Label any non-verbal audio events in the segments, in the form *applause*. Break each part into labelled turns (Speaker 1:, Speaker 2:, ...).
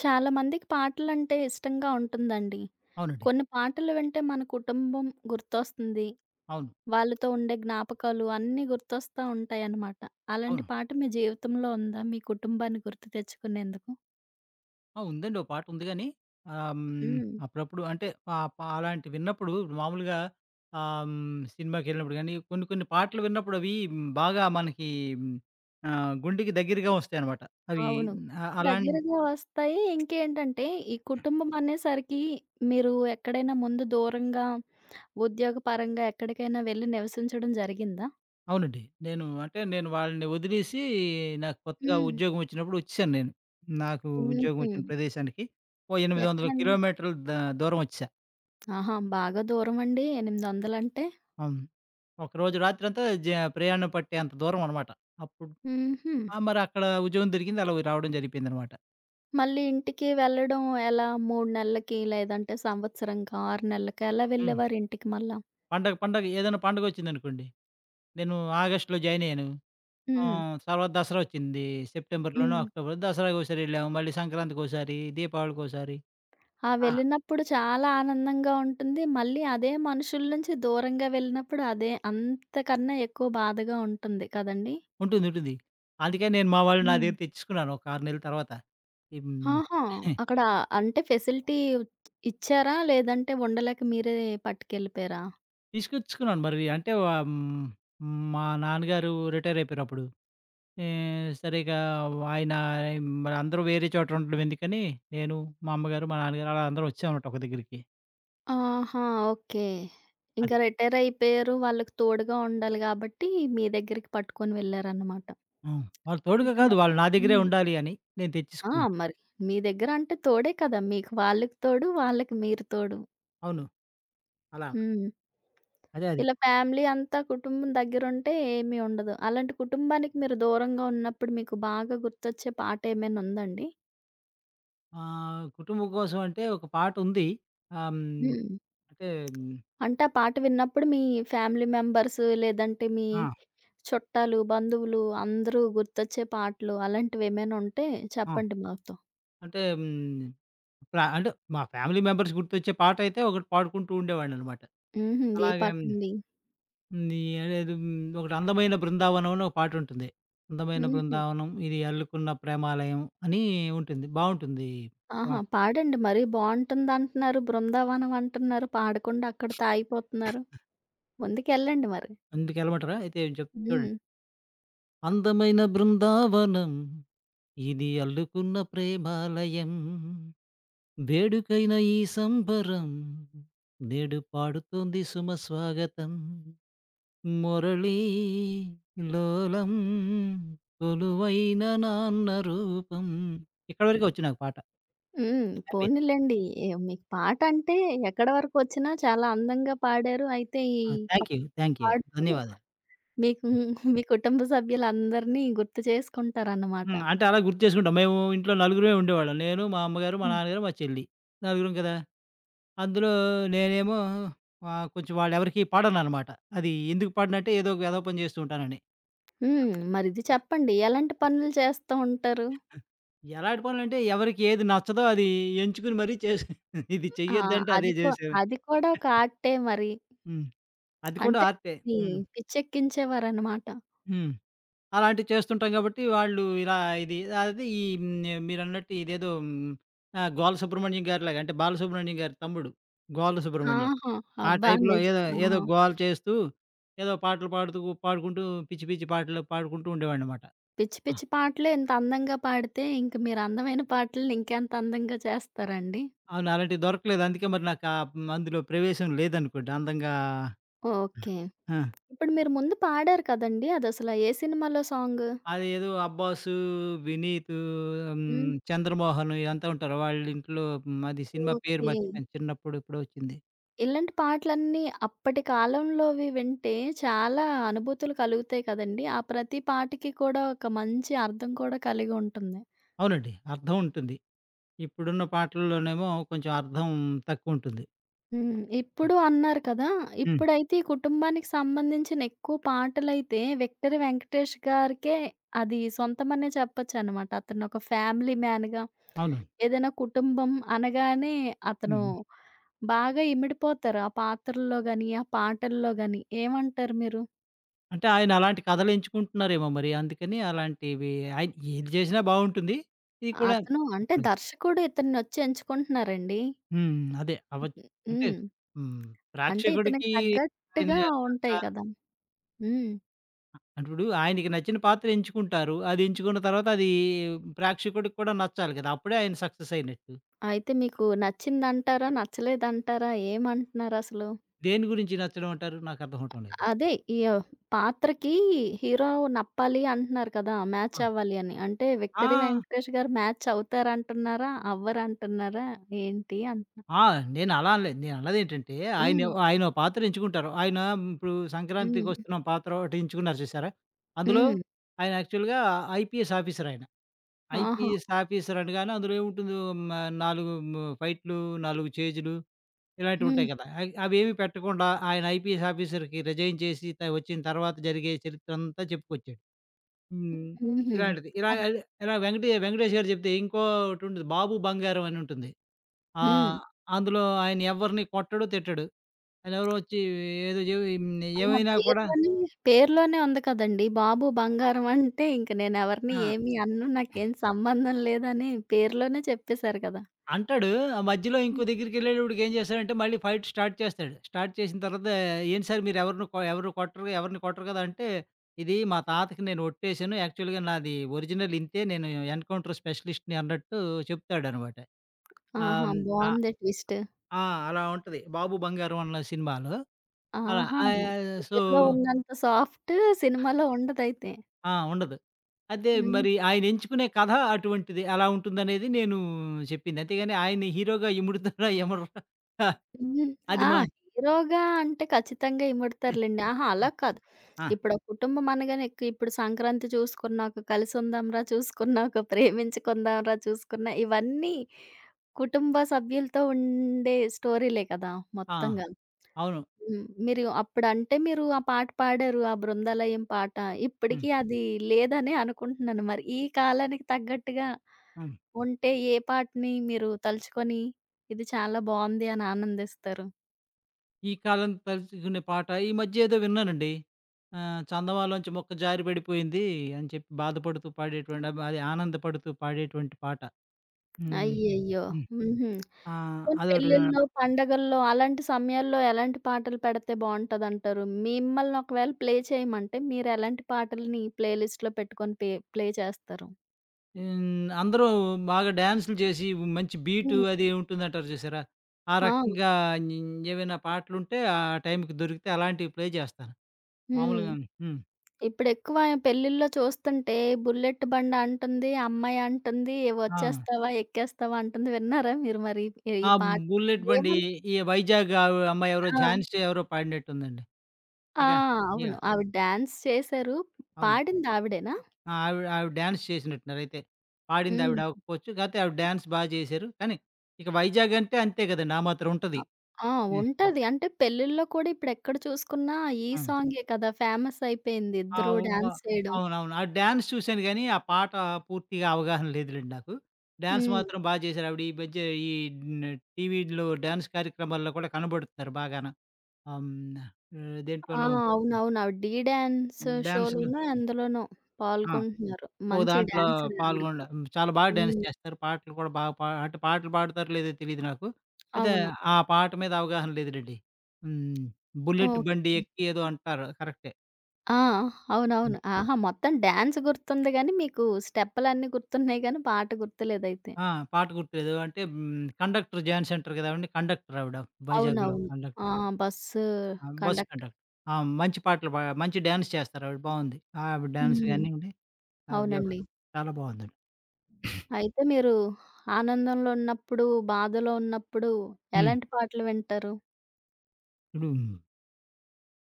Speaker 1: చాలా మందికి పాటలంటే ఇష్టంగా ఉంటుందండి.
Speaker 2: అవునండి.
Speaker 1: కొన్ని పాటలు వింటే మన కుటుంబం గుర్తొస్తుంది.
Speaker 2: అవును.
Speaker 1: వాళ్ళతో ఉండే జ్ఞాపకాలు అన్నీ గుర్తొస్తా ఉంటాయన్నమాట. అలాంటి
Speaker 2: అవును.
Speaker 1: పాట మీ జీవితంలో ఉందా? మీ కుటుంబాన్ని గుర్తు తెచ్చుకునేందుకు?
Speaker 2: ఆ! ఉందండి. ఓ పాటుంది గానీ, ఆహ్, హ్మ్,
Speaker 1: హ్మ్.
Speaker 2: అప్పుడప్పుడు అంటే పా పా అలాంటివి విన్నప్పుడు మామూలుగా సినిమాకెళ్ళినప్పుడు గానీ, కొన్ని కొన్ని పాటలు విన్నప్పుడు అవి బాగా మనకి హ్మ్, గుండెకి దగ్గరగా వస్తాయనమాట. అవి
Speaker 1: అవును.
Speaker 2: ఆహ్, అలాం
Speaker 1: దగ్గరగా వస్తాయి. ఇంకేంటంటే ఈ కుటుంబం అనేసరికి మీరు ఎక్కడైనా ముందు దూరంగా ఉద్యోగపరంగా ఎక్కడికైనా వెళ్లి నివసించడం జరిగిందా?
Speaker 2: అవునండి. నేను అంటే నేను వాళ్ళని వదిలేసి నాకు కొత్తగా
Speaker 1: హ్మ్.
Speaker 2: ఉద్యోగం వచ్చినప్పుడు వచ్చేసాను నేను. నాకు ఉద్యోగం
Speaker 1: హుహు.
Speaker 2: వచ్చిన ప్రదేశానికి ఓ 800
Speaker 1: ఎక్కడండి?
Speaker 2: కిలోమీటర్ల దూరం వచ్చేసా.
Speaker 1: ఆహా! బాగా దూరమండి. 800 అంటే?
Speaker 2: హ్మ్. ఒకరోజు రాత్రంతా ప్రయాణం పట్టేంత దూరమనమాట. అప్పుడు
Speaker 1: హుహు.
Speaker 2: ఆ! మరక్కడ ఉద్యోగం దొరికింది. అలా రావడం జరిగిపోయిందనమాట.
Speaker 1: మళ్ళీ ఇంటికి వెళ్ళడం ఎలా? 3 నెల్లకి, లేదంటే సంవత్సరంకా, 6 నెల్లకా ఎలా
Speaker 2: హ్మ్.
Speaker 1: వెళ్ళేవారు ఇంటికి మళ్ళా?
Speaker 2: పండగ పండగ ఏదైనా పండగొచ్చిందనుకోండి. నేను ఆగస్ట్‌లో జాయిన్ అయ్యాను.
Speaker 1: హ్మ్.
Speaker 2: తర్వాత దసరా వచ్చింది. సెప్టెంబర్‌లోనో,
Speaker 1: హ్మ్.
Speaker 2: అక్టోబర్‌లో దసరాకోసారి వెళ్ళాము. మళ్ళీ సంక్రాంతికోసారి, దీపావళికోసారి
Speaker 1: ఆ
Speaker 2: ఆ!
Speaker 1: వెళ్ళినప్పుడు చాలా ఆనందంగా ఉంటుంది. మళ్ళీ అదే మనుషుల నుంచి దూరంగా వెళ్ళినప్పుడు అదే అంతకన్నా ఎక్కువ బాధగా ఉంటుంది కదండీ!
Speaker 2: ఉంటుంది. ఉంటుంది. అందుకే నేను మా వాళ్ళు నా
Speaker 1: హ్మ్.
Speaker 2: దగ్గర తెచ్చేసుకున్నాను ఒక 6 నెలల తర్వాత. హ్మ్.
Speaker 1: ఆహా!
Speaker 2: *laughs*
Speaker 1: అక్కడ అంటే ఫెసిలిటీ ఇచ్చారా? లేదంటే ఉండలేక మీరే పట్టుకెళ్ళిపోయారా?
Speaker 2: తీసుకొచ్చుకున్నాను మరి అంటే మా నాన్నగారు రిటైర్ అయిపోయారప్పుడు. ఏ సరే ఇక ఆయన మరి అందరూ వేరే చోట ఉండడం ఎందుకని, నేను, మా అమ్మగారు, మా నాన్నగారు అలా అందరం వచ్చామన్నమాట ఒక దగ్గరికి.
Speaker 1: ఆహా! ఓకే. ఇంకా
Speaker 2: అది.
Speaker 1: రిటైరయిపోయారు. వాళ్ళకి తోడుగా ఉండాలి గాబట్టి, మీ దగ్గరికి పట్టుకొని వెళ్లారన్నమాట.
Speaker 2: హ్మ్. వాళ్ళు తోడుగా
Speaker 1: అయితే మ
Speaker 2: కాదు వాళ్ళు నా దగ్గరే
Speaker 1: హ్మ్.
Speaker 2: ఉండాలి అని నేను
Speaker 1: ఆ!
Speaker 2: తెచ్చేసుకున్నాను.
Speaker 1: మరి మీ దగ్గర అంటే తోడే కదా! మీకు వాళ్ళకి తోడు, వాళ్ళకి మీరు తోడు.
Speaker 2: అవును. అలా అన్నమాట.
Speaker 1: హ్మ్.
Speaker 2: అదే అది.
Speaker 1: ఇలా ఫ్యామిలీ అంతా కుటుంబం దగ్గరుంటే ఏమీ ఉండదు. అలాంటి కుటుంబానికి మీరు దూరంగా ఉన్నప్పుడు మీకు బాగా గుర్తొచ్చే పాట ఏమైనా ఉందండి?
Speaker 2: కుటుంబం కోసం అంటే ఒక పాట ఉంది. ఆహ్, హ్మ్,
Speaker 1: హ్మ్.
Speaker 2: అంటే హ్మ్,
Speaker 1: అంటే ఆ పాట విన్నప్పుడు మీ ఫ్యామిలీ మెంబర్స్ లేదంటే మీ
Speaker 2: ఆ!
Speaker 1: చుట్టాలు, బంధువులు అందరూ గుర్తొచ్చే పాటలు అలాంటివేమైనా ఉంటే
Speaker 2: ఆ!
Speaker 1: చెప్పండి మాతో.
Speaker 2: అంటే హ్మ్, ప్ర అంటే మా ఫ్యామిలీ మెంబర్స్ గుర్తొచ్చే పాటైతే ఒకటి పాడుకుంటూ ఉండేవాడినన్నమాట.
Speaker 1: హుహు. ఏ
Speaker 2: అలాగే
Speaker 1: పాటండి?
Speaker 2: ఉంది. అదేదో ఒకటి 'అందమైన బృందావనం' అని ఒక పాటుంటుంది. 'అందమైన
Speaker 1: హుహు.
Speaker 2: బృందావనం ఇది అల్లుకున్న ప్రేమాలయం' అని ఉంటుంది. బావుంటుంది
Speaker 1: ఆహా!
Speaker 2: పాట.
Speaker 1: పాడండి. మరీ బావుంటుందంటున్నారు, బృందావనం అంటున్నారు, పాడకుండా అక్కడితో ఆగిపోతున్నారు. ముందుకెళ్ళండి మరి.
Speaker 2: అందుకెళ్ళమంటారా? అయితే
Speaker 1: హ్మ్.
Speaker 2: చూడండి. అందమైన బృందావనం ఇది అల్లుకున్న ప్రేమాలయం. వేడుకైన ఈ సంబరం నేడు పాడుతోంది సుమ స్వాగతం. మురళీ లోలం కొలువైన నాన్న రూపం. ఇక్కడ వరకే వచ్చు నాకు పాట.
Speaker 1: హ్మ్.
Speaker 2: హ్యాపీ.
Speaker 1: పోనీలెండి. ఏ మీకు పాటంటే ఎక్కడి వరకొచ్చినా చాలా అందంగా పాడారు. అయితే ఈ
Speaker 2: ఆ!
Speaker 1: పా
Speaker 2: థాంక్ యూ. Thank you.
Speaker 1: పాడుతూ
Speaker 2: ధన్యవాదాలు.
Speaker 1: మీకు మీ కుటుంబ సభ్యులందరినీ గుర్తు చేసుకుంటారన్నమాట.
Speaker 2: హ్మ్. అంటే అలా గుర్తు చేసుకుంటాం. మేము ఇంట్లో నలుగురమే ఉండేవాళ్ళం. నేను, మా అమ్మగారు, మా
Speaker 1: హ్మ్.
Speaker 2: నాన్నగారు, మా చెల్లి. నలుగురం కదా! అందులో నేనేమో కొంచెం వాళ్ళెవరికీ పాడననమాట. అది ఎందుకు పాడనంటే ఏదో ఒక వెధవ పని చేస్తూ ఉంటానని.
Speaker 1: హ్మ్. మరిది చెప్పండి. ఎలాంటి పనులు చేస్తూ ఉంటారు?
Speaker 2: ఎలాంటి పనులంటే ఎవరికి ఏది నచ్చదో అది ఎంచుకొని మరీ చేసి *laughs* ఇది
Speaker 1: ఆ!
Speaker 2: చెయ్యొద్దంటే అదే
Speaker 1: అది కూ
Speaker 2: చేశాను.
Speaker 1: అది కూడా ఒక ఆర్టే మరి.
Speaker 2: హ్మ్. అది కూడా
Speaker 1: అంటే
Speaker 2: ఆర్టే.
Speaker 1: మీ
Speaker 2: హ్మ్.
Speaker 1: పిచ్చెక్కించేవారనమాట.
Speaker 2: హ్మ్. అలాంటివి చేస్తుంటాం కాబట్టి వాళ్ళు ఇలా ఇది అదే ఈ హ్మ్, మీరన్నట్టు ఇదేదో ఆ! గోల సుబ్రహ్మణ్యం గారిలాగా అంటే బాలసుబ్రహ్మణ్యం గారి తమ్ముడు గోల సుబ్రహ్మణ్యం.
Speaker 1: ఆహా!
Speaker 2: ఆ
Speaker 1: అబ్బా!
Speaker 2: టైప్‌లో
Speaker 1: నిజ
Speaker 2: ఏదో
Speaker 1: ఆ!
Speaker 2: ఏదో గోల చేస్తూ ఏదో పాటలు పాడుతూ పాడుకుంటూ పిచ్చి పిచ్చి పాటలు పాడుకుంటూ ఉండేవాడినమాట.
Speaker 1: పిచ్చి
Speaker 2: ఆ!
Speaker 1: పిచ్చి పాటలే ఇంత అందంగా పాడితే, ఇంక మీరు అందమైన పాటలను ఇంకెంత అందంగా చేస్తారండి.
Speaker 2: అవును. అలాంటివి దొరకలేదు. అందుకే మరి నాకు అందులో ప్రవేశం లేదనుకోండి. అందంగా
Speaker 1: ఓకే.
Speaker 2: ఆ!
Speaker 1: ఇప్పుడు మీరు ముందు పాడారు కదండీ! అదసల ఏ సినిమాలో సాంగు?
Speaker 2: అదేదో 'అబ్బాసు', 'వినీత్'
Speaker 1: హ్మ్.
Speaker 2: హ్మ్, 'చంద్రమోహన్' ఇదంతా ఉంటారు. వాళ్ళ ఇంట్లో అది సినిమా పేరు
Speaker 1: ఓకే.
Speaker 2: మర్చిపోయాను చిన్నప్పుడు ఎప్పుడో వచ్చింది.
Speaker 1: ఇలాంటి పాటలన్నీ అప్పటి కాలంలోవి వింటే చాలా అనుభూతులు కలుగుతాయి కదండీ! ఆ ప్రతి పాటకి కూడా ఒక మంచి అర్థం కూడా కలిగి ఉంటుంది.
Speaker 2: అవునండి. అర్థం ఉంటుంది. ఇప్పుడున్న పాటల్లోనేమో కొంచెం అర్థం తక్కువుంటుంది.
Speaker 1: హ్మ్.
Speaker 2: హ్మ్.
Speaker 1: ఇప్పుడు అన్నారు కదా!
Speaker 2: హ్మ్.
Speaker 1: ఇప్పుడైతే ఈ కుటుంబానికి సంబంధించిన ఎక్కువ పాటలైతే 'విక్టరీ వెంకటేష్' గారికే అది సొంతమనే చెప్పొచ్చనమాట. అతను ఒక ఫ్యామిలీ మ్యాన్‌గా
Speaker 2: అవును.
Speaker 1: ఏదైనా కుటుంబం అనగానే అతను
Speaker 2: హ్మ్.
Speaker 1: బాగా ఇమిడిపోతారు. ఆ పాత్రల్లో గాని, ఆ పాటల్లో గాని ఏమంటారు మీరు?
Speaker 2: అంటే ఆయన అలాంటి కథలు ఎంచుకుంటున్నారేమో మరి. అందుకని అలాంటివి ఆయన ఏది చేసినా బావుంటుంది. ఇది కూడా
Speaker 1: అతను అంటే
Speaker 2: ఇప్పుడు
Speaker 1: దర్శకుడు ఇతన్నొచ్చి ఎంచుకుంటున్నారండి.
Speaker 2: అదే అవ్వచ్చు. అంటే
Speaker 1: హ్మ్.
Speaker 2: హ్మ్.
Speaker 1: అంటే ఇతనికి
Speaker 2: ప్రేక్షకుడికి ఆయన
Speaker 1: తగ్గట్టుగా ఉంటాయి
Speaker 2: నచ్చాలి.
Speaker 1: కదా! హ్మ్.
Speaker 2: అంటే ఇప్పుడు ఆయనకి నచ్చిన పాత్ర ఎంచుకుంటారు. అది ఎంచుకున్న తర్వాత అది ప్రేక్షకుడికి కూడా నచ్చాలి కదా! అప్పుడే ఆయన సక్సెస్ అయినట్టు.
Speaker 1: అయితే మీకు నచ్చిందంటారా? నచ్చలేదంటారా? ఏమంటున్నారసలు?
Speaker 2: దేని గురించి నచ్చడం అంటారు? నాకు అర్థం అవ్వటం లేదు.
Speaker 1: అదే ఈ పాత్రకి హీరో నప్పాలి అంటున్నారు కదా! మ్యాచ్
Speaker 2: ఆ!
Speaker 1: అవ్వాలి అని. అంటే
Speaker 2: ఆ!
Speaker 1: 'విక్టరీ వెంకటేష్' గారు మ్యాచ్ అవుతారంటున్నారా? అవ్వరంటున్నారా? ఏంటి అంటున్నా?
Speaker 2: ఆ! నేనలా అనలేదు. నేనన్నదేంటంటే,
Speaker 1: హ్మ్.
Speaker 2: ఆయనో పాత్ర ఎంచుకుంటారు. ఆయన ఇప్పుడు
Speaker 1: హ్మ్.
Speaker 2: 'సంక్రాంతికొస్తున్నాం' పాత్ర ఒకటి ఎంచుకున్నారు చూసారా? అందులో
Speaker 1: హ్మ్.
Speaker 2: ఆయన యాక్చువల్‌గా ఐపీఎస్ ఆఫీసర్ ఆయన.
Speaker 1: ఆహా!
Speaker 2: ఐపీఎస్ ఆఫీసర్ అనగానే అందులో ఏముంటుందో మ 4 ఫైట్లు, 4 చేజులు
Speaker 1: హ్మ్.
Speaker 2: ఇలాంటివుంటాయి కదా! అవేమి పెట్టకుండా ఆయన ఐపీఎస్ ఆఫీసర్‌కి రిజైన్ చేసి వచ్చిన తర్వాత జరిగే చరిత్రంతా చెప్పుకొచ్చాడు. హ్మ్.
Speaker 1: హుహు.
Speaker 2: ఇలాంటిది. ఇలా
Speaker 1: అది.
Speaker 2: అది ఇలా వెంకటేష్ గారు చెప్తే ఇంకోటుండేది 'బాబు బంగారం' అని ఉంటుంది. ఆ!
Speaker 1: హ్మ్.
Speaker 2: అందులో ఆయన ఎవరిని కొట్టడు, తిట్టడు. ఆయనెవరో వచ్చి ఏదో చె
Speaker 1: ఆహా!
Speaker 2: ఏమైనా కూడా
Speaker 1: పేరులోనే పేరులోనే ఉంది కదండీ! బాబు బంగారం అంటే ఇంక నేనెవరిని
Speaker 2: ఆ!
Speaker 1: ఏమి అనను. నాకేం సంబంధం లేదని పేరులోనే చెప్పేశారు కదా!
Speaker 2: అంటాడు. ఆ మధ్యలో
Speaker 1: హ్మ్.
Speaker 2: ఇంకో దగ్గరికెళ్ళేటప్పటికి ఏం చేస్తాడంటే మళ్ళీ ఫైట్ స్టార్ట్ చేస్తాడు. స్టార్ట్ చేసిన తర్వాత ఏంటి సార్ మీరు ఎవరిని కొ ఎవరు కొట్టరు ఎవరిని కొట్టరు కదా! అంటే ఇది మా తాతకి నేను ఒట్టేసాను. యాక్చువల్‌గా నాది ఒరిజినల్ ఇంతే. నేను ఎన్‌కౌంటర్ స్పెషలిస్ట్‌ని అన్నట్టు చెప్తాడనమాట. ఆహ్,
Speaker 1: ఆహా!
Speaker 2: హ్మ్. ఆ!
Speaker 1: బావుంది ట్విస్ట్.
Speaker 2: ఆ! అలా ఉంటది. 'బాబు బంగారం' అన్న సినిమాలో అలా
Speaker 1: ఆహా!
Speaker 2: ఆహ్, సో
Speaker 1: పేరులో ఉన్నంత సాఫ్ట్ సినిమాలో ఉండదయితే.
Speaker 2: ఆ! ఉండదు. అదే
Speaker 1: హ్మ్.
Speaker 2: మరి ఆయన ఎంచుకునే కథ అటువంటిది. అలా ఉంటుందనేది నేను చెప్పింది. అంతేగాని ఆయన్ని హీరోగా ఇముడుతారా ఇమడరా
Speaker 1: హ్మ్.
Speaker 2: అది
Speaker 1: ఆ!
Speaker 2: మా
Speaker 1: హీరోగా అంటే ఖచ్చితంగా ఇమడతారులెండి. ఆహా! అలా కాదు.
Speaker 2: ఆ!
Speaker 1: ఇప్పుడు ఆ కుటుంబం అనగానే ఇక ఇప్పుడు సంక్రాంతి చూసుకున్నా, ఒక కలిసుందాంరా చూసుకున్నా, ఒక ప్రేమించుకుందాంరా చూసుకున్నా, ఇవన్నీ కుటుంబ సభ్యులతో ఉండే స్టోరీలే కదా!
Speaker 2: ఆ!
Speaker 1: మొత్తంగా.
Speaker 2: అవును.
Speaker 1: హ్మ్. మీరు ఆ పాట పాడారు. ఆ బృందాలయం పాట.
Speaker 2: హ్మ్.
Speaker 1: ఇప్పటికి అది లేదనే అనుకుంటున్నాను. మరి ఈ కాలానికి తగ్గట్టుగా
Speaker 2: హ్మ్.
Speaker 1: ఉంటే ఏ పాటని మీరు తలుచుకొని ఇది చాలా బావుంది అని ఆనందిస్తారు?
Speaker 2: ఈ కాలం తలుచుకునే పాట ఈ మధ్య ఏదో విన్నానండి. చందమామలోంచి మొక్క జారి పడిపోయింది అని చెప్పి బాధపడుతూ పాడేటువంటి అది ఆనందపడుతూ పాడేటువంటి పాట. హ్మ్.
Speaker 1: అయ్యయ్యో!
Speaker 2: హ్మ్.
Speaker 1: హుహు.
Speaker 2: ఆ!
Speaker 1: పోనీ
Speaker 2: అదొకటి
Speaker 1: పెళ్ళిల్లో, పండగల్లో అలాంటి సమయాల్లో ఎలాంటి పాటలు పెడితే బావుంటదంటారు? మిమ్మల్ని ఒకవేళ ప్లే చేయమంటే మీరెలాంటి పాటలని ప్లే లిస్ట్‌లో పెట్టుకొని ప్లే చేస్తారు?
Speaker 2: హ్మ్. అందరూ బాగా డాన్సులు చేసి మంచి బీటు
Speaker 1: హ్మ్.
Speaker 2: అది ఉంటుందంటారు చూసారా? ఆ
Speaker 1: ఆ!
Speaker 2: రకంగా న్ ఏవైనా పాటలుంటే ఆ టైంకి దొరికితే అలాంటివి ప్లే చేస్తాను.
Speaker 1: హ్మ్.
Speaker 2: మామూలుగా హ్మ్.
Speaker 1: ఇప్పుడెక్కువ పెళ్ళిల్లో చూస్తుంటే బుల్లెట్ బండ అంటుంది, అమ్మాయి అంటుంది, "ఏ
Speaker 2: ఆ!
Speaker 1: "వచ్చేస్తావా? ఎక్కేస్తావా?" అంటుంది. విన్నారా మీరు మరి ఈ ఈ
Speaker 2: ఆ!
Speaker 1: పాట?
Speaker 2: 'బుల్లెట్ బండి'
Speaker 1: ఏమని
Speaker 2: ఈ వైజాగ్ అమ్మాయి ఎవరో
Speaker 1: ఆ!
Speaker 2: 'ఝాన్సీ' ఎవరో పాడినట్టుందండి.
Speaker 1: ఆ!
Speaker 2: ఇక ఇగ
Speaker 1: అవును. ఆవిడ డాన్స్ చేశారు.
Speaker 2: అవును.
Speaker 1: పాడింది ఆవిడేనా?
Speaker 2: ఆ! ఆవిడ ఆవిడ డాన్స్ చేసినట్టున్నారయితే. పాడింది
Speaker 1: హ్మ్.
Speaker 2: ఆవిడ అవ్వకపోవచ్చు. కాపోతే ఆవిడ డాన్స్ చేశారు. కానీ ఇక వైజాగ్ అంటే అంతే కదండీ! ఆ మాత్రం ఉంటది.
Speaker 1: అ ఆ!
Speaker 2: హ్మ్.
Speaker 1: ఉంటది. అంటే పెళ్ళిల్లో కూడా ఇప్పుడెక్కడ చూసుకున్నా ఈ
Speaker 2: ఆ!
Speaker 1: సాంగే కదా ఫేమస్ అయిపోయింది.
Speaker 2: ఆ!
Speaker 1: ఇద్దరు
Speaker 2: వ
Speaker 1: డాన్స్ చేయడం.
Speaker 2: అవునవును. ఆ డాన్స్ చూసాను గానీ, ఆ పాట పూర్తిగా అవగాహన లేదులెండి నాకు. డాన్స్
Speaker 1: హ్మ్.
Speaker 2: మాత్రం చేశారావిడ. ఈ మధ్య ఈ న్ టీవీల్లో డాన్స్ కార్యక్రమాల్లో కూడా కనబడుతున్నారు బాగాన. ఆహ్, హ్మ్.
Speaker 1: ఆ!
Speaker 2: దేంట్లోనూ
Speaker 1: అవునవును. ఆవిడ 'ఢీ డాన్స్'
Speaker 2: డాన్స్‌లు
Speaker 1: షోలోనో, ఎందులోనో
Speaker 2: ఆ!
Speaker 1: పాల్గొంటున్నారు.
Speaker 2: ఓ
Speaker 1: మంచి
Speaker 2: దాంట్లో
Speaker 1: డాన్సరే ఆవిడ
Speaker 2: పాల్గొనడం
Speaker 1: కూడా.
Speaker 2: హ్మ్. చాలా బాగా డాన్స్
Speaker 1: హ్మ్.
Speaker 2: చేస్తారు. పాటలు కూడా బాగా అంటే పాటలు పాడతారో లేదో తెలీదు నాకు. అయితే
Speaker 1: అవును.
Speaker 2: ఆ పాట మీద అవగాహన లేదులెండి. హ్మ్. 'బుల్లెట్ బండి
Speaker 1: ఓకే.
Speaker 2: ఎక్కి' ఏదో అంటారు కరెక్టే.
Speaker 1: ఆ! అవునవును. ఆహా! మొత్తం డాన్స్ గుర్తుంది గానీ, మీకు స్టెప్పులన్నీ గుర్తున్నాయి గానీ, పాట గుర్తులేదయితే.
Speaker 2: ఆ! పాట గుర్తులేదు. అంటే కండక్టర్ 'జాన్' సెంటర్ కదండీ! కండక్టర్ ఆవిడ వైజాగ్‌లో
Speaker 1: అవునవును.
Speaker 2: కండక్టర్.
Speaker 1: ఆ! బస్సు
Speaker 2: ఆ! Bus
Speaker 1: conductor.
Speaker 2: కండక్టర్. ఆ! మంచి పాటలు మంచి డాన్స్ చేస్తారు ఆవిడ బావుంది. ఆవిడ డాన్స్
Speaker 1: హ్మ్.
Speaker 2: గానియండి, ఆ
Speaker 1: అవునండి.
Speaker 2: వ్యవహారం చాలా బావుందండి.
Speaker 1: అయితే మీరు ఆనందంలో ఉన్నప్పుడు, బాధలో ఉన్నప్పుడు
Speaker 2: హ్మ్.
Speaker 1: ఎలాంటి పాటలు వింటారు?
Speaker 2: ఇప్పుడు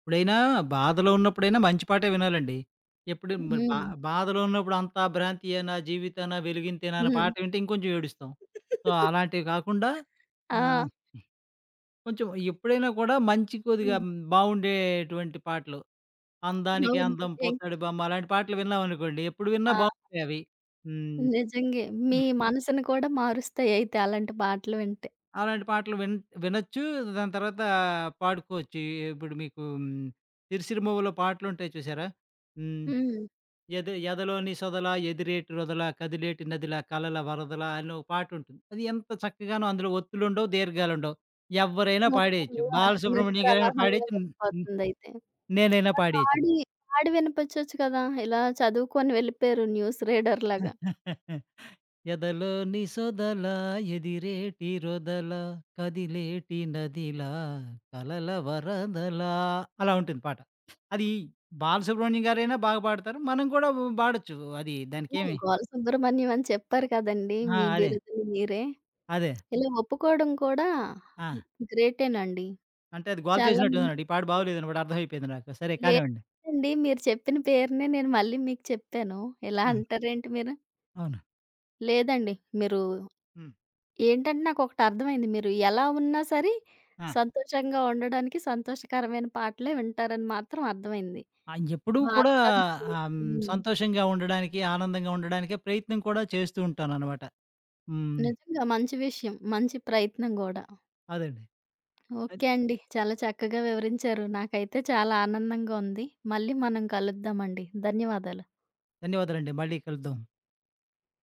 Speaker 2: ఎప్పుడైనా బాధలో ఉన్నప్పుడైనా మంచి పాటే వినాలండి. ఎప్పుడు మరి
Speaker 1: హ్మ్.
Speaker 2: బాధలో ఉన్నప్పుడు అంతా భ్రాంతియే నా జీవితాన వెలుగింతేనా అనే
Speaker 1: హ్మ్.
Speaker 2: పాట వింటే ఇంకొంచెం ఏడుస్తాం. సో, అలాంటివి కాకుండా
Speaker 1: ఆ!
Speaker 2: ఆహ్, కొంచెం ఎప్పుడైనా కూడా మంచి కొద్దిగా
Speaker 1: హ్మ్.
Speaker 2: బావుండేటువంటి పాటలు. 'అందానికే
Speaker 1: అవును.
Speaker 2: అందం
Speaker 1: ఎం
Speaker 2: పోతాడు బామ్మ' అలాంటి పాటలు విన్నామనుకోండి, ఎప్పుడు విన్నా
Speaker 1: ఆ!
Speaker 2: బావుంటాయి అవి. హ్మ్.
Speaker 1: నిజంగే. మీ
Speaker 2: హ్మ్.
Speaker 1: మనసుని కూడా మారుస్తాయయితే అలాంటి పాటలు వింటే.
Speaker 2: అలాంటి పాటలు వినొచ్చు. దాని తర్వాత పాడుకోవచ్చు. ఇప్పుడు మీకు 'సిరిసిరిమవ్వలో' పాటలుంటాయి చూసారా? హ్మ్.
Speaker 1: హ్మ్.
Speaker 2: ఎదలోని సొదల ఎదిరేటి రొదల కదిలేటి నదిల కలల వరదల అని ఒక పాటుంటుంది. అది ఎంత చక్కగానో అందులో ఒత్తులుండవు, దీర్ఘాలుండవు. ఎవ్వరైనా
Speaker 1: మొత్తం
Speaker 2: పాడేయచ్చు.
Speaker 1: వ నది
Speaker 2: బాలసుబ్రహ్మణ్యం గారైనా
Speaker 1: ప్రవాహంలో
Speaker 2: పాడేయచ్చు. న్ న్
Speaker 1: వెళ్ళిపోతుందయితే.
Speaker 2: నేనైనా
Speaker 1: మరి
Speaker 2: పాడేయచ్చు.
Speaker 1: పాడి వినిపించొచ్చు కదా! ఇలా చదువుకొని వెళ్ళిపోయారు న్యూస్ రీడర్ లాగా.
Speaker 2: *laughs* ఎదలో నిసొదల ఎదిరేటి రొదల కదిలేటి నదిలా కలల వరదలా అలా ఉంటుంది పాట. అది బాలసుబ్రహ్మణ్యం గారైనా బాగా పాడతారు. మనం కూడా పాడొచ్చు. అది
Speaker 1: హ్మ్.
Speaker 2: దానికేమి
Speaker 1: గోల సుబ్రహ్మణ్యం అని చెప్పారు కదండీ!
Speaker 2: ఆ!
Speaker 1: మీ
Speaker 2: అదే.
Speaker 1: బిరుదుని మీరే.
Speaker 2: అదే.
Speaker 1: ఇలా ఒప్పుకోవడం కూడా
Speaker 2: ఆ!
Speaker 1: గ్రేటేనండి.
Speaker 2: అంటే అది గోల
Speaker 1: చాలా మంది
Speaker 2: చేసినట్టున్నాడు. ఈ పాట
Speaker 1: ఒప్పుకోరు.
Speaker 2: బాగోలేదని కూడా అర్థమైపోయింది నాకు. సరే కానివ్వండి.
Speaker 1: లేదండి మీరు చెప్పిన పేరునే నేను మళ్ళీ మీకు చెప్పాను. ఇలా
Speaker 2: ఆ!
Speaker 1: అంటారేంటి మీరు?
Speaker 2: అవును.
Speaker 1: లేదండి మీరు
Speaker 2: హ్మ్.
Speaker 1: ఏంటంటే నాకొకటి అర్థమైంది. మీరు ఎలా ఉన్నా సరే,
Speaker 2: ఆ!
Speaker 1: సంతోషంగా ఉండడానికి సంతోషకరమైన పాటలే వింటారని మాత్రం అర్థమైంది.
Speaker 2: ఎప్పుడూ కూడా
Speaker 1: భారతసంగీతం హ్మ్. *unintelligible*
Speaker 2: సంతోషంగా ఉండడానికి, ఆనందంగా ఉండడానికే ప్రయత్నం కూడా చేస్తూ ఉంటాననమాట. హ్మ్.
Speaker 1: నిజంగా మంచి విషయం. మంచి ప్రయత్నం గూడా.
Speaker 2: అదండి. ధన్
Speaker 1: ఓకే అండి. చాలా చక్కగా వివరించారు. నాకైతే చాలా ఆనందంగా ఉంది. మళ్ళీ మనం కలుద్దామండి. ధన్యవాదాలు.
Speaker 2: ధన్యవాదాలండి. మళ్ళీ కలుద్దాం.